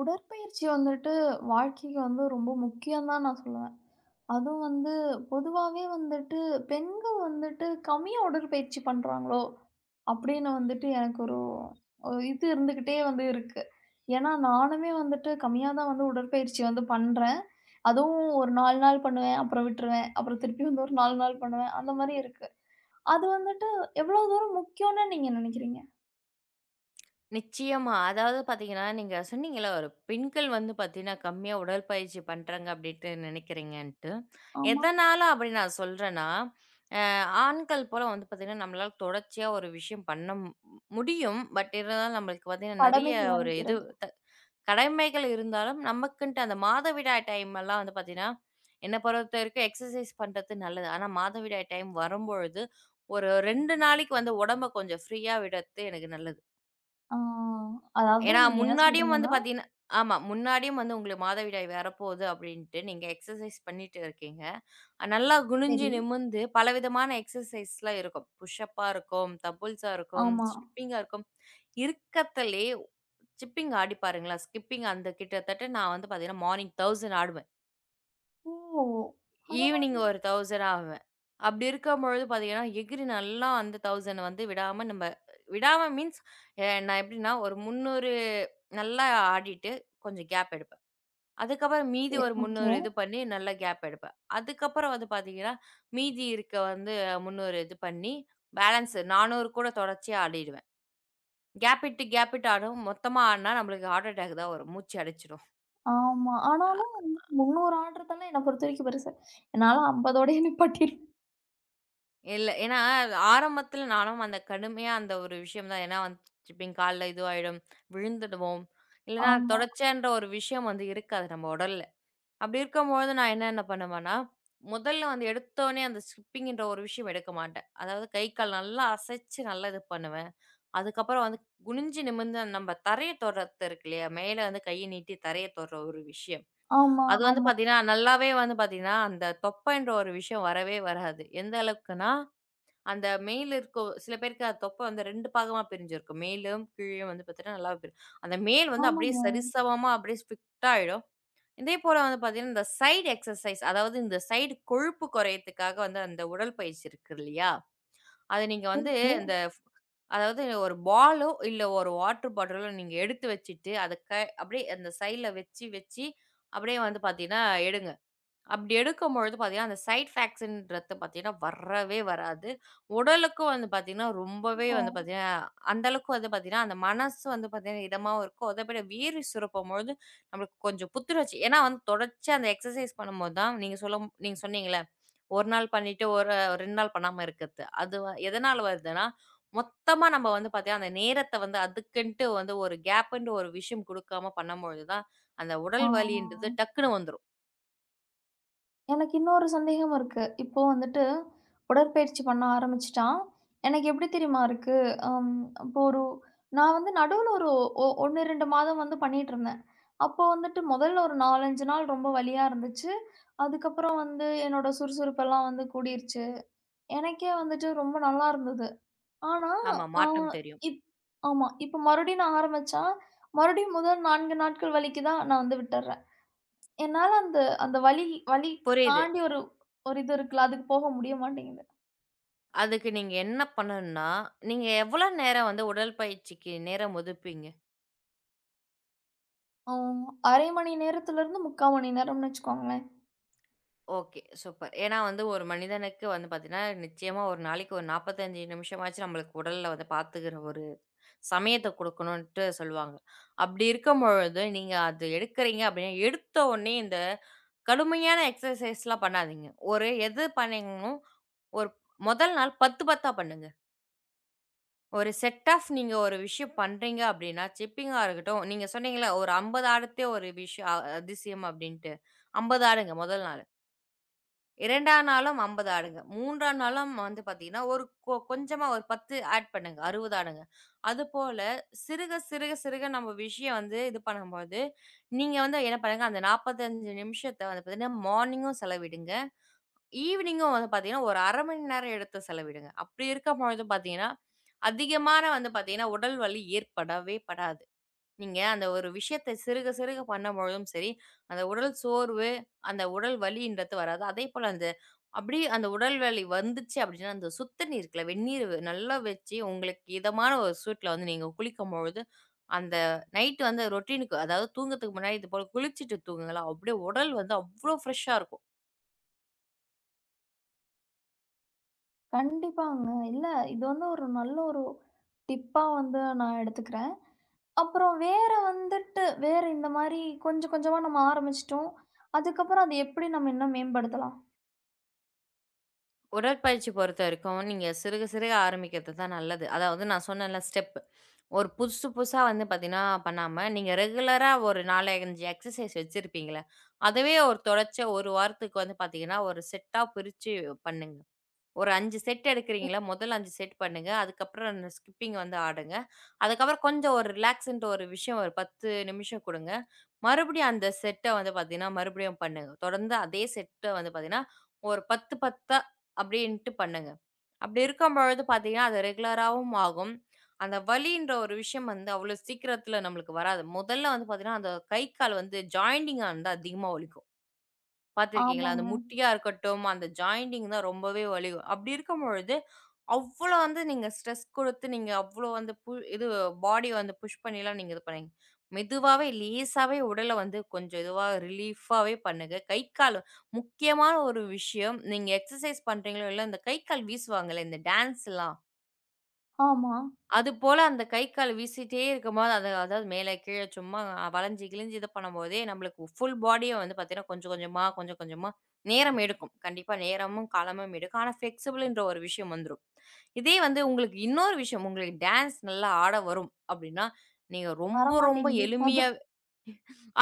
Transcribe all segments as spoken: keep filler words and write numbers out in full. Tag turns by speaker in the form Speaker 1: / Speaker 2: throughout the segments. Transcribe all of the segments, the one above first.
Speaker 1: உடற்பயிற்சி வந்துட்டு வாழ்க்கைக்கு வந்து ரொம்ப முக்கியம் தான் நான் சொல்லுவேன். அதுவும் வந்து பொதுவாவே வந்துட்டு பெண்கள் வந்துட்டு கம்மியா உடற்பயிற்சி பண்றாங்களோ! அப்படின்னு வந்துட்டு எனக்கு ஒரு ஒரு இது இருந்துகிட்டே வந்து இருக்கு. ஏன்னா நானுமே வந்துட்டு கம்மியா தான் வந்து உடற்பயிற்சி வந்து பண்றேன். அதுவும் ஒரு நான்கு நாள் பண்ணுவேன். அப்புறம் விட்டுருவேன். அப்புறம் திருப்பி வந்து ஒரு நான்கு நாள் பண்ணுவேன். அந்த மாரி இருக்கு. அது வந்துட்டு எவ்வளோ தூரம் முக்கியம்னு நீங்க நினைக்கிறீங்க?
Speaker 2: நிச்சயமா. அதாவது பார்த்தீங்கன்னா, நீங்க சொன்னீங்கல்ல ஒரு பெண்கள் வந்து பார்த்தீங்கன்னா, கம்மியா உடற்பயிற்சி பண்றாங்க அப்படின்ட்டு நினைக்கிறீங்கன்ட்டு.
Speaker 1: ஆமா.
Speaker 2: எதனால அப்படி நான் சொல்றேன்னா, அ ஆண்கள் போல வந்து பார்த்தீங்கன்னா, நம்மளால தொடர்ச்சியா ஒரு விஷயம் பண்ண மு முடியும். பட் இருந்தாலும் நம்மளுக்கு பார்த்தீங்கன்னா, நெறைய
Speaker 1: கடமைகள்
Speaker 2: ஒரு இது
Speaker 1: அழைக்கிறது.
Speaker 2: த கடமைகள் இருந்தாலும், நமக்குன்ட்டு அந்த மாதவிடாய் டைமெல்லாம் வந்து பார்த்தீங்கன்னா, என்ன பொறுத்தவரைக்கும் எக்சர்சைஸ் பண்றது நல்லது. ஆனா மாதவிடாய் டைம் வரும்பொழுது, ஒரு இரண்டு நாளைக்கு வந்து உடம்ப கொஞ்சம் ஃப்ரீயா விடறது எனக்கு நல்லது.
Speaker 1: ஆ. அதாவது
Speaker 2: ஏன்னா
Speaker 1: நீங்க என்ன
Speaker 2: முன்னாடியும் வந்து
Speaker 1: சொல்றீங்கன்னா
Speaker 2: பார்த்தீங்கன்னா ஆமா. முன்னாடியும் வந்து உங்களுக்கு மாதவிடாய் வரப்போகுது அப்படின்ட்டு நீங்க எக்ஸர்சைஸ் பண்ணிட்டு இருக்கீங்க. அஹ் நல்லா குனிஞ்சு
Speaker 1: சரி.
Speaker 2: நிமிர்ந்து பலவிதமான எக்ஸர்சைஸ்லாம் இருக்கும். புஷ் அப்பா இருக்கும், தபுல்ஸா இருக்கும்,
Speaker 1: ஆமா.
Speaker 2: ஸ்டிப்பிங்கா இருக்கும். இருக்கத்திலே சிப்பிங் ஆடி பாருங்களேன். ஸ்கிப்பிங் அந்த கிட்டத்தட்ட நான் வந்து பார்த்தீங்கன்னா, மார்னிங் ஆயிரம் ஆடுவேன்.
Speaker 1: ஓ!
Speaker 2: ஈவினிங்
Speaker 1: பரவாயில்லையே.
Speaker 2: ஒரு ஆயிரம் ஆவேன். அப்படி இருக்கும்பொழுது பார்த்தீங்கன்னா, எகிறி நல்லா அந்த ஆயிரம் வந்து விடாம நம்ம விடாம மீன்ஸ் எ நான் எப்படின்னா, ஒரு முந்நூறு நல்லா ஆடிட்டு கொஞ்சம் கேப் எடுப்பேன். அதுக்கப்புறம் மீதி
Speaker 1: சரி.
Speaker 2: ஒரு
Speaker 1: ஓகே.
Speaker 2: முந்நூறு இது பண்ணி நல்லா கேப் எடுப்பேன். அதுக்கப்புறம் வந்து பார்த்தீங்கன்னா, மீதி இருக்க வந்து முந்நூறு இது பண்ணி பேலன்ஸ் நானூறு கூட தொடர்ச்சியா ஆடிடுவேன். கேப் விட்டு கேப் விட்டு ஆடும். மொத்தமா ஆடுனா நம்மளுக்கு ஹார்ட் அட்டாக் தான் வரும். மூச்சு அடைச்சிரும்.
Speaker 1: ஆமா. ஆனாலும் வந்து முந்நூறு ஆடுறதெல்லாம் என்ன பொறுத்தவரைக்கும் பெருசு. என்னால ஐம்பதோடயே நிப்பாட்டிருவேன்.
Speaker 2: இல்ல. ஏன்னா, ஆரம்பத்துல நானும் அந்த கடுமையா அந்த ஒரு விஷயம் தான். ஏன்னா வச்சுப்பேன் கால்ல இதுவாயிடும், விழுந்துடுவோம். இல்லன்னா
Speaker 1: ஆமா,
Speaker 2: தொடச்சேன்ற ஒரு விஷயம் வந்து இருக்காது நம்ம உடல்ல. அப்படி இருக்கும்பொழுது நான் என்னென்ன பண்ணுவேன்னா, முதல்ல வந்து எடுத்தோனே அந்த ஸ்கிப்பிங்ன்ற ஒரு விஷயம் எடுக்க மாட்டேன். அதாவது கை, கால் நல்லா அசைச்சு நல்லா இது பண்ணுவேன். அதுக்கப்புறம் வந்து குனிஞ்சு நிமிர்ந்து அந்த நம்ம தரைய தொடுறது இருக்கு இல்லையா? மேல வந்து கைய நீட்டி தரைய தொடுற ஒரு விஷயம்.
Speaker 1: ஆமா,
Speaker 2: அது வந்து
Speaker 1: ஆமா.
Speaker 2: பாத்தீங்கன்னா, நல்லாவே வந்து பாத்தீங்கன்னா, அந்த தொப்பைன்ற ஒரு விஷயம் வரவே வராது. எந்த அளவுக்குன்னா அந்த மேல் இருக்கோ சில பேருக்கு அது தொப்பை வந்து இரண்டு பாகமா பிரிஞ்சிருக்கும். மேலும் கீழயும் வந்து பார்த்தீங்கன்னா நல்லா பிரியும். அந்த மேல் வந்து அப்படியே
Speaker 1: ஆமாங்க.
Speaker 2: சரிசமமா அப்படியே ஸ்ட்ரிக்ட்டா ஆயிடும். இதே போல வந்து பார்த்தீங்கன்னா, இந்த சைடு எக்சர்சைஸ் அதாவது இந்த சைடு கொழுப்பு குறையத்துக்காக வந்து அந்த உடற்பயிற்சி இருக்கு இல்லையா? அத நீங்க வந்து
Speaker 1: இருக்கு.
Speaker 2: இந்த அதாவது ஒரு பாலோ இல்ல ஒரு வாட்டர் பாட்டிலோ நீங்க எடுத்து வச்சுட்டு, அத க அப்படியே அந்த சைடுல வச்சு வச்சு அப்படியே வந்து பார்த்தீங்கன்னா எடுங்க. அப்படி எடுக்கும்பொழுது பார்த்தீங்கன்னா, அந்த சைட் ஃபேக்ஸ்ன்றது பார்த்தீங்கன்னா, வரவே வராது. உடலுக்கும் வந்து பார்த்தீங்கன்னா, ரொம்பவே
Speaker 1: இப்போ
Speaker 2: வந்து பார்த்தீங்கன்னா, அந்த அளவுக்கு வந்து பார்த்தீங்கன்னா, அந்த மனசு வந்து பார்த்தீங்கன்னா, இதமாவும் இருக்கும். அத விட வேர்வை சுரப்பம்பொழுது நம்மளுக்கு கொஞ்சம் புத்துணர்ச்சி ஏன்னா வந்து தொடர்ச்சியா அந்த எக்சர்சைஸ் பண்ணும்போது தான் நீங்க சொல்ல மு- நீங்க சொன்னீங்கல்ல, ஒரு நாள் பண்ணிட்டு ஒரு இரண்டு நாள் பண்ணாம இருக்கிறது. அது வ எதனால வருதுன்னா, மொத்தமா நம்ம வந்து பார்த்தீங்கன்னா, அந்த நேரத்த வந்து அதுக்குன்ட்டு வந்து ஒரு கேப்புன்ட்டு ஒரு விஷயம் குடுக்காம பண்ணும்பொழுது தான், அந்த உடல் வலின்றது
Speaker 1: ஆ.
Speaker 2: டக்குனு வந்துரும்.
Speaker 1: எனக்கு இன்னொரு சந்தேகம் இருக்கு. இப்போ வந்துட்டு உடற்பயிற்சி பண்ண ஆரம்பிச்சுட்டா, எனக்கு எப்படி தெரியுமா இருக்கு? அம் இப்போ ஒரு நான் வந்து நடுவுல ஒரு ஒ ஒரு, இரண்டு மாதம் வந்து பண்ணிட்டு இருந்தேன். அப்போ வந்துட்டு முதல்ல ஒரு நான்கு, ஐந்து நாள் ரொம்ப வலியா இருந்துச்சு. அதுக்கப்புறம் வந்து என்னோட சுறுசுறுப்பெல்லாம் வந்து கூடிருச்சு. எனக்கே வந்துட்டு ரொம்ப நல்லா இருந்தது. ஆனா,
Speaker 2: ஆமா,
Speaker 1: அ
Speaker 2: மாற்றம் தெரியும்.
Speaker 1: இப் ஆமா. இப்ப மறுபடியும் நான் ஆரம்பிச்சா, மறுபடியும் முதல் நான்கு நாட்கள் வலிக்கு தான் நான் வந்து விட்டுர்றேன். என்னால அந்த அந்த வலி வலிக்கு
Speaker 2: புரியுது.
Speaker 1: தாண்டி ஒரு ஒரு இது இருக்குல்ல, அதுக்கு போக முடிய மாட்டேங்குது.
Speaker 2: அதுக்கு நீங்க என்ன பண்ணணும்னா, நீங்க எவ்வளோ நேரம் வந்து உடற்பயிற்சிக்கு நேரம் ஒதுப்பீங்க?
Speaker 1: ம் அரை மணி நேரத்துல இருந்து முக்கால் மணி நேரம்னு வச்சுக்கோங்களேன்.
Speaker 2: Okay, super. ஏன்னா வந்து ஒரு மனிதனுக்கு வந்து பார்த்தீங்கன்னா, நிச்சயமா ஒரு நாளைக்கு ஒரு நாற்பத்தி ஐந்து நிமிஷமாச்சும் நம்மளுக்கு உடல்ல வந்து பார்த்துக்கிற ஒரு சமயத்த குடுக்கணுன்ட்டு சொல்லுவாங்க. அப்படி இருக்கும் பொழுது, நீங்க அது எடுக்கிறீங்க அப்படின்னா, எடுத்த உடனே இந்த கடுமையான எக்ஸர்சைஸ்லாம் பண்ணாதீங்க. ஒரு எது பண்ணீங்கணும், ஒரு முதல் நாள் பத்து, 10ஆ பண்ணுங்க. ஒரு செட் ஆஃப் நீங்க ஒரு விஷயம் பண்றீங்க அப்படின்னா, சிப்பிங்கா இருக்கட்டும், நீங்க சொன்னீங்கல்ல ஒரு ஐம்பது ஆடுதே ஒரு விஷயம் அ அதிசயம் அப்படின்ட்டு. ஐம்பது ஆடுங்க முதல் நாள். 2ஆம் நாளும் ஐம்பது ஆடுங்க. 3ஆம் நாளும் வந்து பார்த்தீங்கன்னா, ஒரு கொ கொஞ்சமா ஒரு பத்து ஆட் பண்ணுங்க. அறுபது ஆடுங்க. அதுபோல சிறுக, சிறுக, சிறுக நம்ம விஷயம் வந்து இது பண்ணும்போது, நீங்க வந்து என்ன பண்ணுங்க, அந்த நாற்பத்தி ஐந்து நிமிஷத்த வந்து பார்த்தீங்கன்னா, மார்னிங்கும் செலவிடுங்க. ஈவினிங்கும் வந்து பார்த்தீங்கன்னா, ஒரு அரை மணி நேரம் எடுத்து செலவிடுங்க. அப்படி இருக்கும்பொழுது பார்த்தீங்கன்னா, அதிகமான வந்து பார்த்தீங்கன்னா, உடல் வலி ஏற்படவே படாது. நீங்க அந்த ஒரு விஷயத்த சிறுக சிறுக பண்ணும்பொழுதும் சரி, அந்த உடல் சோர்வு, அந்த உடல் வலின்றது வராது. அதேபோல அந்த அப்படியே அந்த உடல் வலி வந்துச்சு அப்படின்னா, அந்த சுத்த நீர் இருக்குல்ல, வெந்நீர் வெ- நல்லா வச்சு உங்களுக்கு இதமான ஒரு சூட்ல வந்து நீங்க குளிக்கும்பொழுது, அந்த நைட் வந்து ரொட்டீனுக்கு அதாவது தூங்கறதுக்கு முன்னாடி இது போல குளிச்சுட்டு தூங்குங்களேன், அப்படியே உடல் வந்து அவ்ளோ ஃப்ரெஷ்ஷா இருக்கும்.
Speaker 1: கண்டிப்பாங்க. இல்ல, இது வந்து ஒரு நல்ல ஒரு டிப்பா வந்து நான் எடுத்துக்கிறேன். அப்புறம் வேற வந்துட்டு, வேற இந்த மாரி கொஞ்சம் கொஞ்சமா நம்ம ஆரம்பிச்சுட்டோம். அதுக்கப்புறம் அது எப்படி நம்ம இன்னும் மேம்படுத்தலாம்?
Speaker 2: உடற்பயிற்சி பொறுத்த வரைக்கும், நீங்க சிறுக சிறுக ஆரம்பிக்கிறது தான் நல்லது. அதாவது நான் சொன்னேன்ல ஸ்டெப். ஒரு புதுசு புதுசா வந்து பார்த்தீங்கன்னா, பண்ணாம, நீங்க ரெகுலரா ஒரு நான்கு, ஐந்து எக்சர்சைஸ் வச்சிருப்பீங்கள்ல, அதுவே ஒரு தொடர்ச்சியா ஒரு வாரத்துக்கு வந்து பார்த்தீங்கன்னா, ஒரு செட்டா பிரிச்சு பண்ணுங்க. ஒரு ஐந்து செட் எடுக்கிறீங்களா, முதல் ஐந்து செட் பண்ணுங்க. அதுக்கப்புறம் ஸ்கிப்பிங் வந்து ஆடுங்க. அதுக்கப்புறம் கொஞ்சம் ஒரு ரிலாக்ஸ்ன்ட்டு ஒரு விஷயம் ஒரு பத்து நிமிஷம் குடுங்க. மறுபடியும் அந்த செட்ட வந்து பார்த்தீங்கன்னா, மறுபடியும் பண்ணுங்க. தொடர்ந்து அதே செட்ட வந்து பார்த்தீங்கன்னா, ஒரு பத்து, பத்து அப்படின்ட்டு பண்ணுங்க. அப்படி இருக்கும்பொழுது பார்த்தீங்கன்னா, அது ரெகுலராவும் ஆகும். அந்த வலின்ற ஒரு விஷயம் வந்து அவ்வளோ சீக்கிரத்தில நம்மளுக்கு வராது. முதல்ல வந்து பார்த்தீங்கன்னா, அந்த கை, கால் வந்து ஜாயிண்டிங்கா இருந்தா அதிகமா வலிக்கும். பார்த்துருக்கீங்களா? அந்த
Speaker 1: ஆமாங்க.
Speaker 2: முட்டியா இருக்கட்டும், அந்த ஜாயிண்டிங் தான் ரொம்பவே வலி. அப்படி இருக்கும் பொழுது, அவ்ளோ வந்து நீங்க ஸ்ட்ரெஸ் குடுத்து, நீங்க அவ்ளோ வந்து பு இது பாடிய வந்து புஷ் பண்ணிலாம் நீங்க இது பண்ணீங்க. மெதுவாவே, லேசாவே உடல வந்து கொஞ்சம் இதுவா ரிலீஃபாவே பண்ணுங்க. கை, கால் முக்கியமான ஒரு விஷயம், நீங்க எக்சர்சைஸ் பண்றீங்களோ இல்லையோ, இந்த கை, கால் வீசுவாங்கல்ல, இந்த டான்ஸ்லாம்
Speaker 1: ஆமா.
Speaker 2: அதுபோல அந்த கை, கால் வீசிட்டே இருக்கும்போது, அது அதாவது மேல, கீழ சும்மா வளைஞ்சு, கிழிஞ்சு இது பண்ணும்போதே, நம்மளுக்கு ஃபுல் பாடியும் வந்து பார்த்தீங்கன்னா, கொஞ்சம் கொஞ்சமா, கொஞ்சம் கொஞ்சமா நேரம் எடுக்கும். கண்டிப்பா நேரமும், காலமும் எடுக்கும். ஆனா ஃப்ளெக்சிபிள்ன்ற ஒரு விஷயம் வந்துரும். இதே வந்து உங்களுக்கு இன்னொரு விஷயம், உங்களுக்கு டான்ஸ் நல்லா ஆட வரும் அப்படின்னா, நீங்க ரொம்ப ரொம்ப
Speaker 1: வரமாட்டேங்குதே!
Speaker 2: எளிமையா
Speaker 1: அதான்.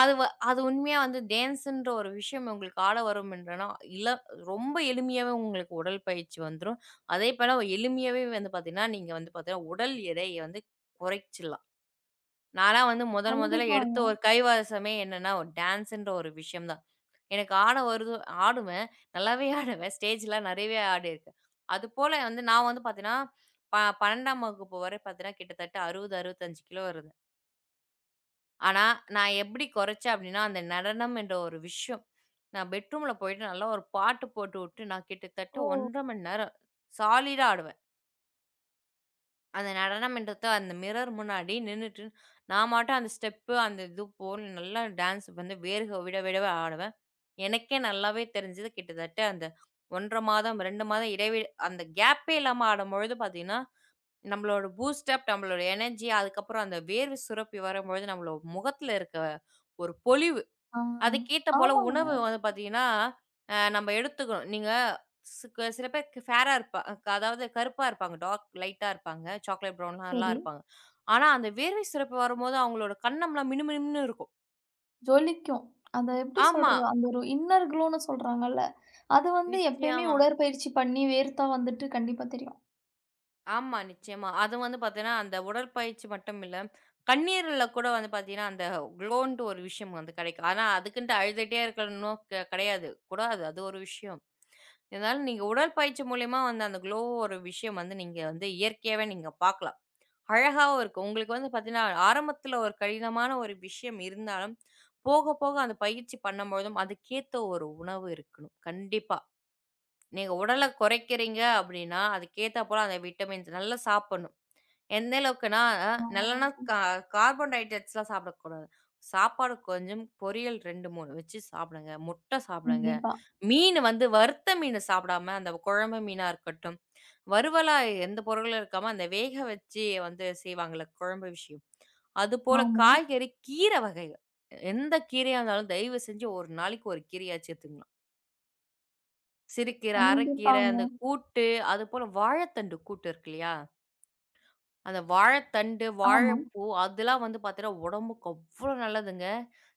Speaker 2: அது வ அது உண்மையா வந்து டான்ஸ்ன்ற ஒரு விஷயம் உங்களுக்கு ஆட வரும் என்றனா, இல்ல ரொம்ப எளிமையாவே உங்களுக்கு உடல் பயிற்சி வந்துரும். அதே போல எளிமையாவே வந்து பார்த்தீங்கன்னா, நீங்க வந்து பார்த்தீங்கன்னா, உடல் எடைய வந்து குறைச்சிடலாம். நான்லாம் வந்து முதல் முதல்ல எடுத்த
Speaker 1: கண்டிப்பாங்க.
Speaker 2: ஒரு கைவசமே என்னன்னா, ஒரு டான்ஸ்ன்ற ஒரு விஷயம் தான். எனக்கு ஆட வருது ஆடுவேன். நல்லாவே ஆடுவேன். ஸ்டேஜ்லாம் நெறையவே ஆடியிருக்கேன். அதுபோல வந்து நான் வந்து பார்த்தீங்கன்னா, ப 12ஆம் வகுப்பு வரை பார்த்தீங்கன்னா, கிட்டத்தட்ட அறுபது, அறுபத்தி ஐந்து கிலோ இருந்தேன். ஆனா, நான் எப்படி குறைச்சேன் அப்படின்னா, அந்த நடனம் என்ற ஒரு விஷயம். நான் பெட்ரூம்ல போயிட்டு நல்லா ஒரு பாட்டு போட்டுவுட்டு, நான் கிட்டத்தட்ட ஒன்று அரை மணி நேரம் சாலிடா ஆடுவேன். அந்த நடனம் என்றத அந்த மிரர் முன்னாடி நின்னுட்டு, நான் மாட்டும் அந்த ஸ்டெப்பு, அந்த இது போல் நல்லா டான்ஸ் வந்து வேர்க விட விடவே ஆடுவேன். எனக்கே நல்லாவே தெரிஞ்சது கிட்டத்தட்ட அந்த ஒன்று அரை மாதம், இரண்டு மாதம் இடைவெளி அந்த கேப்பே இல்லாம ஆடும்பொழுது பார்த்தீங்கன்னா, நம்மளோட பூஸ்ட் அப், நம்மளோட எனர்ஜி அதுக்கப்புறம் அந்த வேர்வை சுரப்பி வரும்பொழுது, நம்மளோட முகத்தில இருக்க ஒரு பொலிவு
Speaker 1: ஆ, ஆ.
Speaker 2: அதுக்கேத்த போல
Speaker 1: ஆமாங்க.
Speaker 2: உணவு வந்து பார்த்தீங்கன்னா, அ நம்ம எடுத்துக்கணும். நீங்க சி சில பேர் ஃபேரா இருப்பா க- அதாவது கருப்பா இருப்பாங்க. டார்க் லைட்டா இருப்பாங்க. சாக்லேட் ப்ரவுன்லாம்
Speaker 1: சரி.
Speaker 2: இருப்பாங்க. ஆனா அந்த வேர்வை சிறப்பு வரும்போது அவங்களோட கன்னம்லாம் மினுமினுன்னு இருக்கும்.
Speaker 1: ஜொலிக்கும். அத எப்படி
Speaker 2: ஆமா.
Speaker 1: சொல்றது? அந்த ஒரு இன்னர் க்ளோன்னு சொல்றாங்கல்ல. அது வந்து எப்பயுமே
Speaker 2: நிச்சயமா.
Speaker 1: உடற்பயிற்சி பண்ணி வேர்த்தா வந்துட்டு கண்டிப்பா தெரியும்.
Speaker 2: ஆமா, நிச்சயமா. அது வந்து பார்த்தீங்கன்னா, அந்த உடற்பயிற்சி மட்டும் இல்ல. கண்ணீர்ல கூட வந்து பார்த்தீங்கன்னா, அந்த க்ளோன்ட்டு ஒரு விஷயம் வந்து கிடைக்கும். ஆனா அதுக்குன்ட்டு அழுதுட்டே இருக்கணும் க கிடையாது. கூடாது. அது ஒரு விஷயம். இதனால நீங்க உடற்பயிற்சி மூலியமா வந்து அந்த க்ளோ ஒரு விஷயம் வந்து நீங்க வந்து இயற்கையாவே நீங்க பார்க்கலாம். அழகாவும் இருக்கும். உங்களுக்கு வந்து பார்த்தீங்கன்னா, ஆரம்பத்துல ஒரு கடினமான ஒரு விஷயம் இருந்தாலும், போக போக அந்த பயிற்சி பண்ணும்பொழுதும், அதுக்கேத்த ஒரு உணவு இருக்கணும். கண்டிப்பா. நீங்க உடல குறைக்கிறீங்க அப்டின்னா, அதுக்கேத்தா போல அந்த விட்டமின்ஸ் நல்லா சாப்பிடணும். எந்த அளவுக்குன்னா,
Speaker 1: ஆ.
Speaker 2: நல்லெண்ண கா கார்பன் ஹைட்ரேட்ஸ்லாம் சாப்பிடக்கூடாது. சாப்பாடு கொஞ்சம், பொரியல் இரண்டு, மூன்று வச்சு சாப்பிடுங்க. முட்டை சாப்பிடுங்க.
Speaker 1: கண்டிப்பா.
Speaker 2: மீன் வந்து வறுத்த மீன் சாப்பிடாம, அந்த குழம்பு மீனா இருக்கட்டும், வறுவலா எந்த பொருளும் இருக்காம, அந்த வேக வச்சு வந்து செய்வாங்கல்ல குழம்பு விஷயம். அதுபோல
Speaker 1: ஆமா.
Speaker 2: காய்கறி, கீரை வகைகள். எந்த கீரையா இருந்தாலும் தயவு செஞ்சு ஒரு நாளைக்கு ஒரு கீரையாச்சும் எடுத்துக்கணும். சிறுகீரை, அரைக்கீரை,
Speaker 1: கண்டிப்பாங்க.
Speaker 2: அந்த கூட்டு, அதுபோல வாழைத்தண்டு கூட்டு இருக்கு இல்லையா? அந்த வாழைத்தண்டு,
Speaker 1: ஆமா.
Speaker 2: வாழைப்பூ அதெல்லாம் வந்து பார்த்தீங்கன்னா, உடம்புக்கு அவ்ளோ நல்லதுங்க.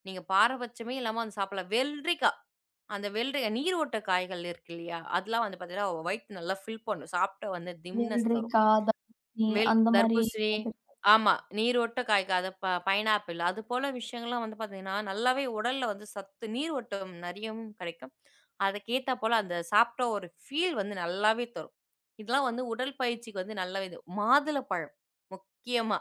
Speaker 2: நீங்க பாரபட்சமே இல்லாம அத சாப்பிடலாம். வெள்ளரிக்கா, அந்த வெள்ளரிக்கா நீரோட்ட காய்கள் இருக்கு இல்லையா? அதெல்லாம் வந்து பார்த்தீங்கன்னா, வயித்த நல்லா ஃபில் பண்ணும். சாப்பிட்டா வந்து திம்னஸ் தரும்.
Speaker 1: வெள்ளரிக்காய், தக்காளி
Speaker 2: வெள்
Speaker 1: அந்த மாரி
Speaker 2: தர்பூசணி
Speaker 1: காய்கறி.
Speaker 2: ஆமா. நீரோட்ட காய்க அத ப பைனாப்பிள் அது போல விஷயங்கள்லாம் வந்து பார்த்தீங்கன்னா, நல்லாவே உடல்ல வந்து சத்து நீரோட்டம் நிறையவும் கிடைக்கும். அதுக்கேத்தா போல அந்த சாப்பிட்ட ஒரு ஃபீல் வந்து நல்லாவே தரும். இதெல்லாம் வந்து உடற்பயிற்சிக்கு வந்து நல்ல இது. மாதுளப்பழம் முக்கியமா.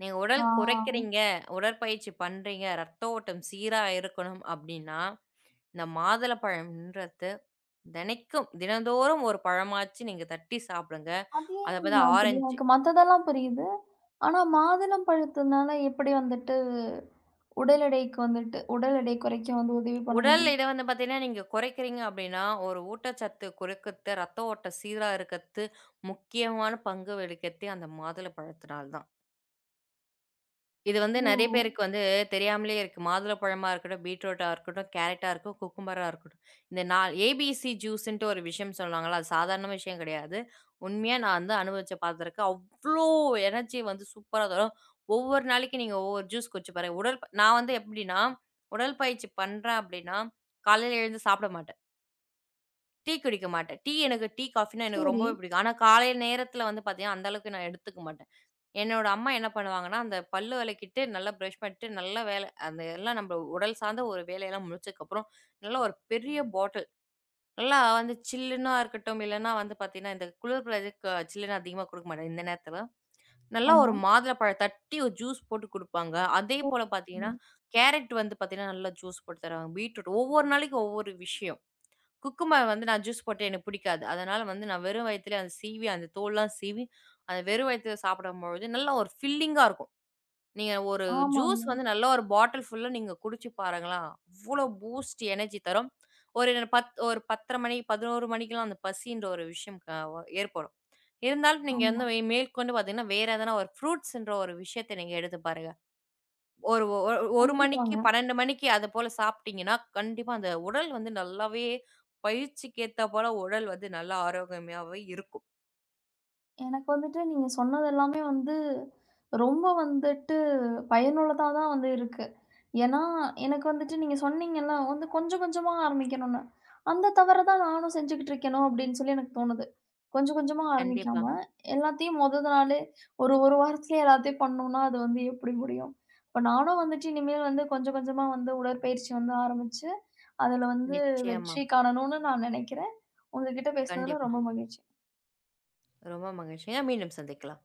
Speaker 2: நீங்க உடல்
Speaker 1: ஆ.
Speaker 2: குறைக்கிறீங்க, உடற்பயிற்சி பண்றீங்க, ரத்த ஓட்டம் சீரா இருக்கணும் அப்படின்னா, இந்த மாதுளப்பழம்ன்றது தினைக்கும் தினந்தோறும் ஒரு பழமாச்சு நீங்க தட்டி சாப்பிடுங்க.
Speaker 1: அது
Speaker 2: அத
Speaker 1: ஏங்க
Speaker 2: பார்த்தா
Speaker 1: அப்படி?
Speaker 2: ஆரஞ்சு.
Speaker 1: எனக்கு மத்ததெல்லாம் புரியுது. ஆனா மாதுளம் பழத்துனால எப்படி வந்துட்டு உடல் எடைக்கு வந்துட்டு உடல் எடை குறைக்க வந்து உதவி பண்ண
Speaker 2: உடல்
Speaker 1: முடியும்?
Speaker 2: எடை வந்து பார்த்தீங்கன்னா, நீங்க குறைக்கிறீங்க அப்படின்னா, ஒரு ஊட்டச்சத்து குறைக்கத்து, ரத்த ஓட்டம் சீரா இருக்கத்து முக்கியமான பங்கு வகிக்கிறதே அந்த மாதுளை பழத்தினால தான். இது வந்து நெறைய
Speaker 1: ஓ!
Speaker 2: பேருக்கு வந்து தெரியாமலே இருக்கு. மாதுளப்பழமா இருக்கட்டும், பீட்ரூட்டா இருக்கட்டும், கேரட்டா இருக்கும், குக்கும்பரா இருக்கட்டும். இந்த நால் ஏபிசி ஜூஸ்ன்ட்டு ஒரு விஷயம் சொல்லுவாங்கல்ல, அது சாதாரண விஷயம் கிடையாது. உண்மையா நான் வந்து அனுபவிச்சு பார்த்துருக்கேன். அவ்ளோ எனர்ஜி வந்து சூப்பரா தரும். ஒவ்வொரு நாளைக்கு நீங்க ஒவ்வொரு ஜூஸ் குடிச்சு பாருங்க. உடல் ப- நான் வந்து எப்படின்னா, உடற்பயிற்சி பண்றேன் அப்படின்னா, காலையில எழுந்து சாப்பிட மாட்டேன். டீ குடிக்க மாட்டேன். டீ எனக்கு டீ, காஃபின்னா எனக்கு
Speaker 1: சரி.
Speaker 2: ரொம்பவே பிடிக்கும். ஆனா, காலை நேரத்தில வந்து பார்த்தீங்கன்னா, அந்த அளவுக்கு நான் எடுத்துக்க மாட்டேன். என்னோட அம்மா என்ன பண்ணுவாங்கன்னா, அந்த பல்லு விளக்கிட்டு, நல்லா பிரஷ் பண்ணிட்டு, நல்லா வேல அந்த எல்லாம் நம்ம உடல் சார்ந்த ஒரு வேலையெல்லாம் முடிச்சதுக்கப்புறம், நல்லா ஒரு பெரிய பாட்டில், நல்லா வந்து சில்லுன்னா இருக்கட்டும், இல்லன்னா வந்து பார்த்தீங்கன்னா, இந்த குளிர் பிரதேசத்துக்கு சில்லுன்னு அதிகமா குடுக்க மாட்டாங்க இந்த நேரத்தில. நல்லா ஒரு
Speaker 1: ஆமா.
Speaker 2: மாதுளப்பழம் தட்டி ஒரு ஜூஸ் போட்டு குடுப்பாங்க. அதே
Speaker 1: ஓ,
Speaker 2: போல பார்த்தீங்கன்னா, கேரட் வந்து பார்த்தீங்கன்னா, நல்லா ஜூஸ் போட்டு தருவாங்க. பீட்ரூட் ஒவ்வொரு நாளைக்கு ஒவ்வொரு விஷயம். குக்கும்பர் வந்து நான் ஜூஸ் போட்டு எனக்கு பிடிக்காது. அதனால வந்து நான் வெறும் வயித்திலே அத சீவி, அந்த தோல்லாம் சீவி, அத வெறும் வயித்தில சாப்பிடும்பொழுது, நல்லா ஒரு ஃபில்லிங்கா இருக்கும். நீங்க ஒரு ஜூஸ்
Speaker 1: ஆமாங்க.
Speaker 2: வந்து நல்ல ஒரு பாட்டில் ஃபுல்லா நீங்க குடிச்சு பாருங்களேன். அவ்ளோ பூஸ்ட் எனர்ஜி தரும். ஒரு பத்து ஒரு பத்து முப்பது மணி, பதினொன்று மணிக்கெல்லாம் அந்த பசின்ற ஒரு விஷயம் க வ ஏற்படும். இருந்தாலும் நீங்க
Speaker 1: ஆமா.
Speaker 2: வந்து வே மேற்கொண்டு பார்த்தீங்கன்னா, வேற எதனா ஒரு ஃப்ரூட்ஸ்ன்ற ஒரு விஷயத்த நீங்க எடுத்து பாருங்க. ஒரு ஒ ஒரு மணிக்கு,
Speaker 1: கண்டிப்பாங்க.
Speaker 2: பன்னிரண்டு மணிக்கு அது போல சாப்பிட்டீங்கன்னா, கண்டிப்பா அந்த உடல் வந்து நல்லாவே பயிற்சிக்கு ஏத்தா போல உடல் வந்து நல்லா ஆரோக்கியமாவே இருக்கும்.
Speaker 1: எனக்கு வந்துட்டு நீங்க சொன்னது எல்லாமே வந்து, ரொம்ப வந்துட்டு பயனுள்ளதா தான் வந்து இருக்கு. ஏன்னா, எனக்கு வந்துட்டு நீங்க சொன்னீங்கல்ல, வந்து கொஞ்சம் கொஞ்சமா ஆரம்பிக்கணும்னு. அந்த தவற தான் நானும் செஞ்சுகிட்டு இருக்கேனோ அப்படின்னு சொல்லி எனக்கு தோணுது. கொஞ்சம் கொஞ்சமா
Speaker 2: கண்டிப்பா.
Speaker 1: ஆரம்பிக்காம, எல்லாத்தையும் மொத நாளே ஒரு 1 வாரத்திலேயே எல்லாத்தையும் பண்ணோம்னா, அது வந்து எப்படி முடியும்? இப்ப நானும் வந்துட்டு இனிமேல் வந்து கொஞ்சம் கொஞ்சமா வந்து உடற்பயிற்சி வந்து ஆரம்பிச்சு, அதுல வந்து
Speaker 2: நிச்சயமா.
Speaker 1: வெற்றி காணணும்னு நான் நெனைக்கிறேன். உங்ககிட்ட பேசுனதுல
Speaker 2: கண்டிப்பா.
Speaker 1: ரொம்ப மகிழ்ச்சி.
Speaker 2: ரொம்ப மகிழ்ச்சிங்க. மீண்டும் சந்திக்கலாம்.